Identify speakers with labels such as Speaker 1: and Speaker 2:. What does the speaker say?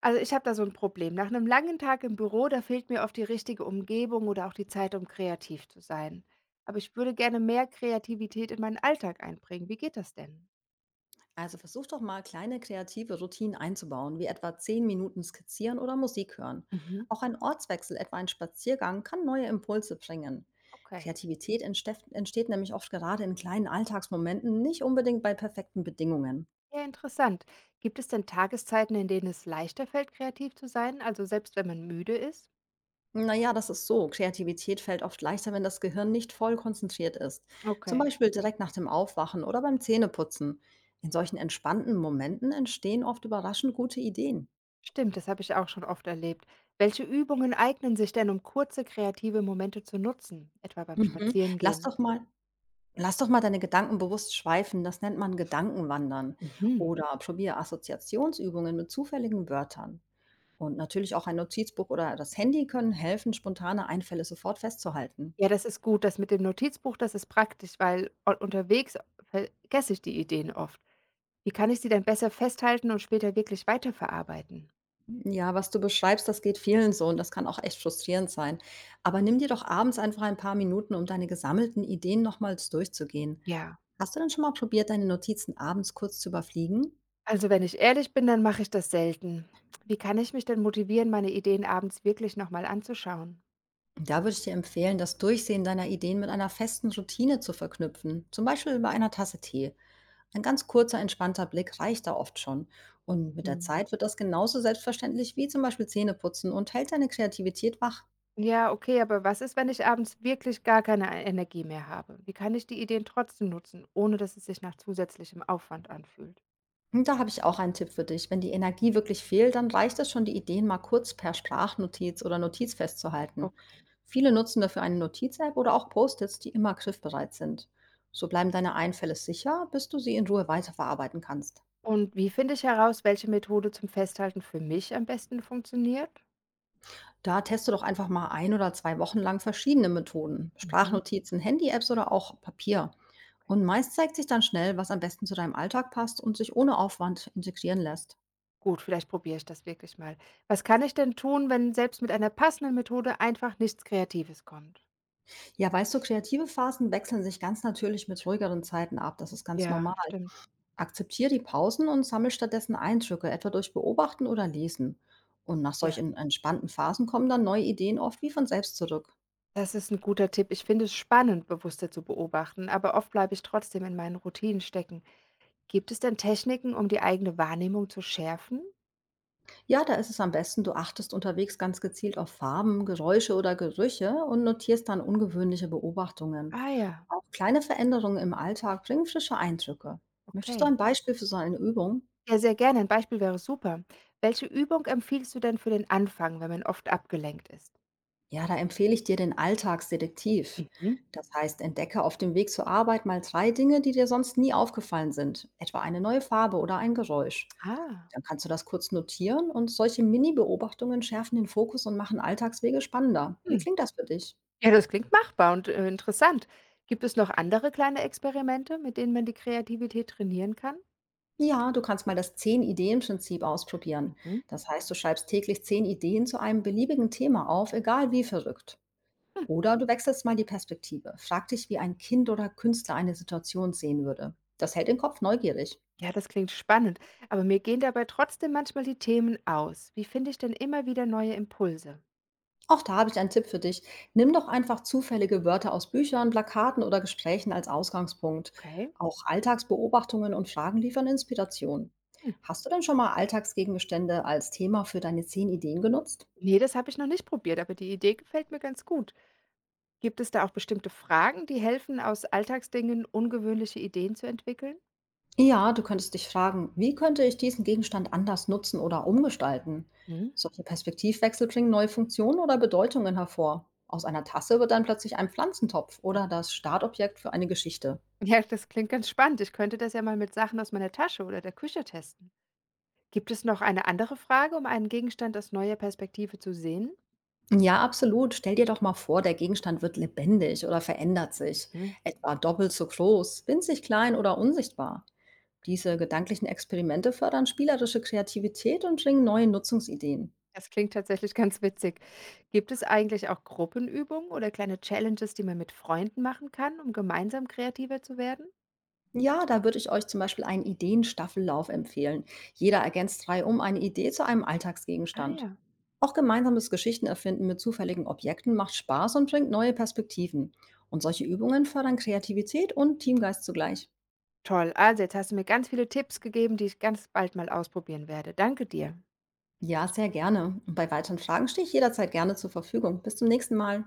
Speaker 1: Also, ich habe da so ein Problem. Nach einem langen Tag im Büro, da fehlt mir oft die richtige Umgebung oder auch die Zeit, um kreativ zu sein. Aber ich würde gerne mehr Kreativität in meinen Alltag einbringen. Wie geht das denn?
Speaker 2: Also versuch doch mal kleine kreative Routinen einzubauen, wie etwa 10 Minuten skizzieren oder Musik hören.
Speaker 1: Mhm.
Speaker 2: Auch ein Ortswechsel, etwa ein Spaziergang, kann neue Impulse bringen.
Speaker 1: Okay,
Speaker 2: Kreativität entsteht nämlich oft gerade in kleinen Alltagsmomenten, nicht unbedingt bei perfekten Bedingungen.
Speaker 1: ja, interessant. Gibt es denn Tageszeiten, in denen es leichter fällt, kreativ zu sein, also selbst wenn man müde ist?
Speaker 2: Naja, das ist so. Kreativität fällt oft leichter, wenn das Gehirn nicht voll konzentriert ist. Zum
Speaker 1: Okay,
Speaker 2: Beispiel direkt nach dem Aufwachen oder beim Zähneputzen. In solchen entspannten Momenten entstehen oft überraschend gute Ideen.
Speaker 1: stimmt, das habe ich auch schon oft erlebt. Welche Übungen eignen sich denn, um kurze kreative Momente zu nutzen, etwa beim
Speaker 2: Mhm.
Speaker 1: Spazierengehen?
Speaker 2: Lass doch mal deine Gedanken bewusst schweifen, das nennt man Gedankenwandern.
Speaker 1: Mhm.
Speaker 2: Oder probiere Assoziationsübungen mit zufälligen Wörtern. Und natürlich auch ein Notizbuch oder das Handy können helfen, spontane Einfälle sofort festzuhalten.
Speaker 1: Ja, das ist gut. Das mit dem Notizbuch, das ist praktisch, weil u unterwegs vergesse ich die Ideen oft. Wie kann ich sie denn besser festhalten und später wirklich weiterverarbeiten?
Speaker 2: Ja, was du beschreibst, das geht vielen so und das kann auch echt frustrierend sein. Aber nimm dir doch abends einfach ein paar Minuten, um deine gesammelten Ideen nochmals durchzugehen.
Speaker 1: Ja,
Speaker 2: Hast du denn schon mal probiert, deine Notizen abends kurz zu überfliegen?
Speaker 1: also wenn ich ehrlich bin, dann mache ich das selten. Wie kann ich mich denn motivieren, meine Ideen abends wirklich nochmal anzuschauen?
Speaker 2: Da würde ich dir empfehlen, das Durchsehen deiner Ideen mit einer festen Routine zu verknüpfen, zum Beispiel bei einer Tasse Tee. Ein ganz kurzer, entspannter Blick reicht da oft schon. Und mit der
Speaker 1: Hm.
Speaker 2: Zeit wird das genauso selbstverständlich wie zum Beispiel Zähneputzen und hält deine Kreativität wach.
Speaker 1: Ja, okay, aber was ist, wenn ich abends wirklich gar keine E Energie mehr habe? Wie kann ich die Ideen trotzdem nutzen, ohne dass es sich nach zusätzlichem Aufwand anfühlt?
Speaker 2: Und da habe ich auch einen Tipp für dich. Wenn die Energie wirklich fehlt, dann reicht es schon, die Ideen mal kurz per Sprachnotiz oder Notiz festzuhalten.
Speaker 1: Okay.
Speaker 2: Viele nutzen dafür eine Notiz-App oder auch Post-its, die immer griffbereit sind. So bleiben deine Einfälle sicher, bis du sie in Ruhe weiterverarbeiten kannst.
Speaker 1: Und wie finde ich heraus, welche Methode zum Festhalten für mich am besten funktioniert?
Speaker 2: Da teste doch einfach mal ein oder 2 Wochen lang verschiedene Methoden,
Speaker 1: Mhm.
Speaker 2: Sprachnotizen, Handy-Apps oder auch Papier.
Speaker 1: Okay.
Speaker 2: Und meist zeigt sich dann schnell, was am besten zu deinem Alltag passt und sich ohne Aufwand integrieren lässt.
Speaker 1: Gut, vielleicht probiere ich das wirklich mal. Was kann ich denn tun, wenn selbst mit einer passenden Methode einfach nichts Kreatives kommt?
Speaker 2: Ja, weißt du, kreative Phasen wechseln sich ganz natürlich mit ruhigeren Zeiten ab. Das ist ganz normal.
Speaker 1: Ja, stimmt.
Speaker 2: Akzeptiere die Pausen und sammle stattdessen Eindrücke, etwa durch Beobachten oder Lesen. Und nach
Speaker 1: Ja,
Speaker 2: solchen entspannten Phasen kommen dann neue Ideen oft wie von selbst zurück.
Speaker 1: das ist ein guter Tipp. Ich finde es spannend, bewusster zu beobachten, aber oft bleibe ich trotzdem in meinen Routinen stecken. Gibt es denn Techniken, um die eigene Wahrnehmung zu schärfen?
Speaker 2: Ja, da ist es am besten, du achtest unterwegs ganz gezielt auf Farben, Geräusche oder Gerüche und notierst dann ungewöhnliche Beobachtungen.
Speaker 1: Ah ja,
Speaker 2: Auch kleine Veränderungen im Alltag bringen frische Eindrücke. Möchtest du
Speaker 1: okay.
Speaker 2: ein Beispiel für so eine Übung?
Speaker 1: Ja, sehr gerne. Ein Beispiel wäre super. Welche Übung empfiehlst du denn für den Anfang, wenn man oft abgelenkt ist?
Speaker 2: Ja, da empfehle ich dir den Alltagsdetektiv.
Speaker 1: Mhm.
Speaker 2: Das heißt, entdecke auf dem Weg zur Arbeit mal drei Dinge, die dir sonst nie aufgefallen sind, etwa eine neue Farbe oder ein Geräusch.
Speaker 1: Ah.
Speaker 2: Dann kannst du das kurz notieren und solche Mini-Beobachtungen schärfen den Fokus und machen Alltagswege spannender. Wie
Speaker 1: Hm.
Speaker 2: klingt das für dich?
Speaker 1: Ja, das klingt machbar und, interessant. Gibt es noch andere kleine Experimente, mit denen man die Kreativität trainieren kann?
Speaker 2: Ja, du kannst mal das 10 Ideen prinzip ausprobieren.
Speaker 1: Mhm.
Speaker 2: Das heißt, du schreibst täglich 10 Ideen zu einem beliebigen Thema auf, egal wie verrückt.
Speaker 1: Hm,
Speaker 2: Oder du wechselst mal die Perspektive. Frag dich, wie ein Kind oder Künstler eine Situation sehen würde. Das hält den Kopf neugierig.
Speaker 1: ja, das klingt spannend, aber mir gehen dabei trotzdem manchmal die Themen aus. Wie finde ich denn immer wieder neue Impulse?
Speaker 2: Auch da habe ich einen Tipp für dich. Nimm doch einfach zufällige Wörter aus Büchern, Plakaten oder Gesprächen als Ausgangspunkt.
Speaker 1: Okay.
Speaker 2: Auch Alltagsbeobachtungen und Fragen liefern Inspiration.
Speaker 1: Hm.
Speaker 2: Hast du denn schon mal Alltagsgegenstände als Thema für deine 10 Ideen genutzt?
Speaker 1: Ne, das habe ich noch nicht probiert, aber die Idee gefällt mir ganz gut. Gibt es da auch bestimmte Fragen, die helfen, aus Alltagsdingen ungewöhnliche Ideen zu entwickeln?
Speaker 2: Ja, du könntest dich fragen, wie könnte ich diesen Gegenstand anders nutzen oder umgestalten?
Speaker 1: Mhm.
Speaker 2: Solche Perspektivwechsel bringen neue Funktionen oder Bedeutungen hervor. Aus einer Tasse wird dann plötzlich ein Pflanzentopf oder das Startobjekt für eine Geschichte.
Speaker 1: Ja, das klingt ganz spannend. Ich könnte das ja mal mit Sachen aus meiner Tasche oder der Küche testen. Gibt es noch eine andere Frage, um einen Gegenstand aus neuer Perspektive zu sehen?
Speaker 2: Ja, absolut. Stell dir doch mal vor, der Gegenstand wird lebendig oder verändert sich,
Speaker 1: Mhm.
Speaker 2: etwa doppelt so groß, winzig klein oder unsichtbar. Diese
Speaker 1: Okay.
Speaker 2: gedanklichen Experimente fördern spielerische Kreativität und bringen neue Nutzungsideen.
Speaker 1: Das klingt tatsächlich ganz witzig. Gibt es eigentlich auch Gruppenübungen oder kleine Challenges, die man mit Freunden machen kann, um gemeinsam kreativer zu werden?
Speaker 2: Ja, da würde ich euch zum Beispiel einen Ideenstaffellauf empfehlen. Jeder ergänzt drei um eine Idee zu einem
Speaker 1: Ah
Speaker 2: Alltagsgegenstand.
Speaker 1: ja.
Speaker 2: Auch gemeinsames Geschichtenerfinden mit zufälligen Objekten macht Spaß und bringt neue Perspektiven. Und solche Übungen fördern Kreativität und Teamgeist zugleich.
Speaker 1: Toll. Also, jetzt hast du mir ganz viele Tipps gegeben, die ich ganz bald mal ausprobieren werde. Danke dir.
Speaker 2: Ja, sehr gerne. Und bei weiteren Fragen stehe ich jederzeit gerne zur Verfügung. Bis zum nächsten Mal.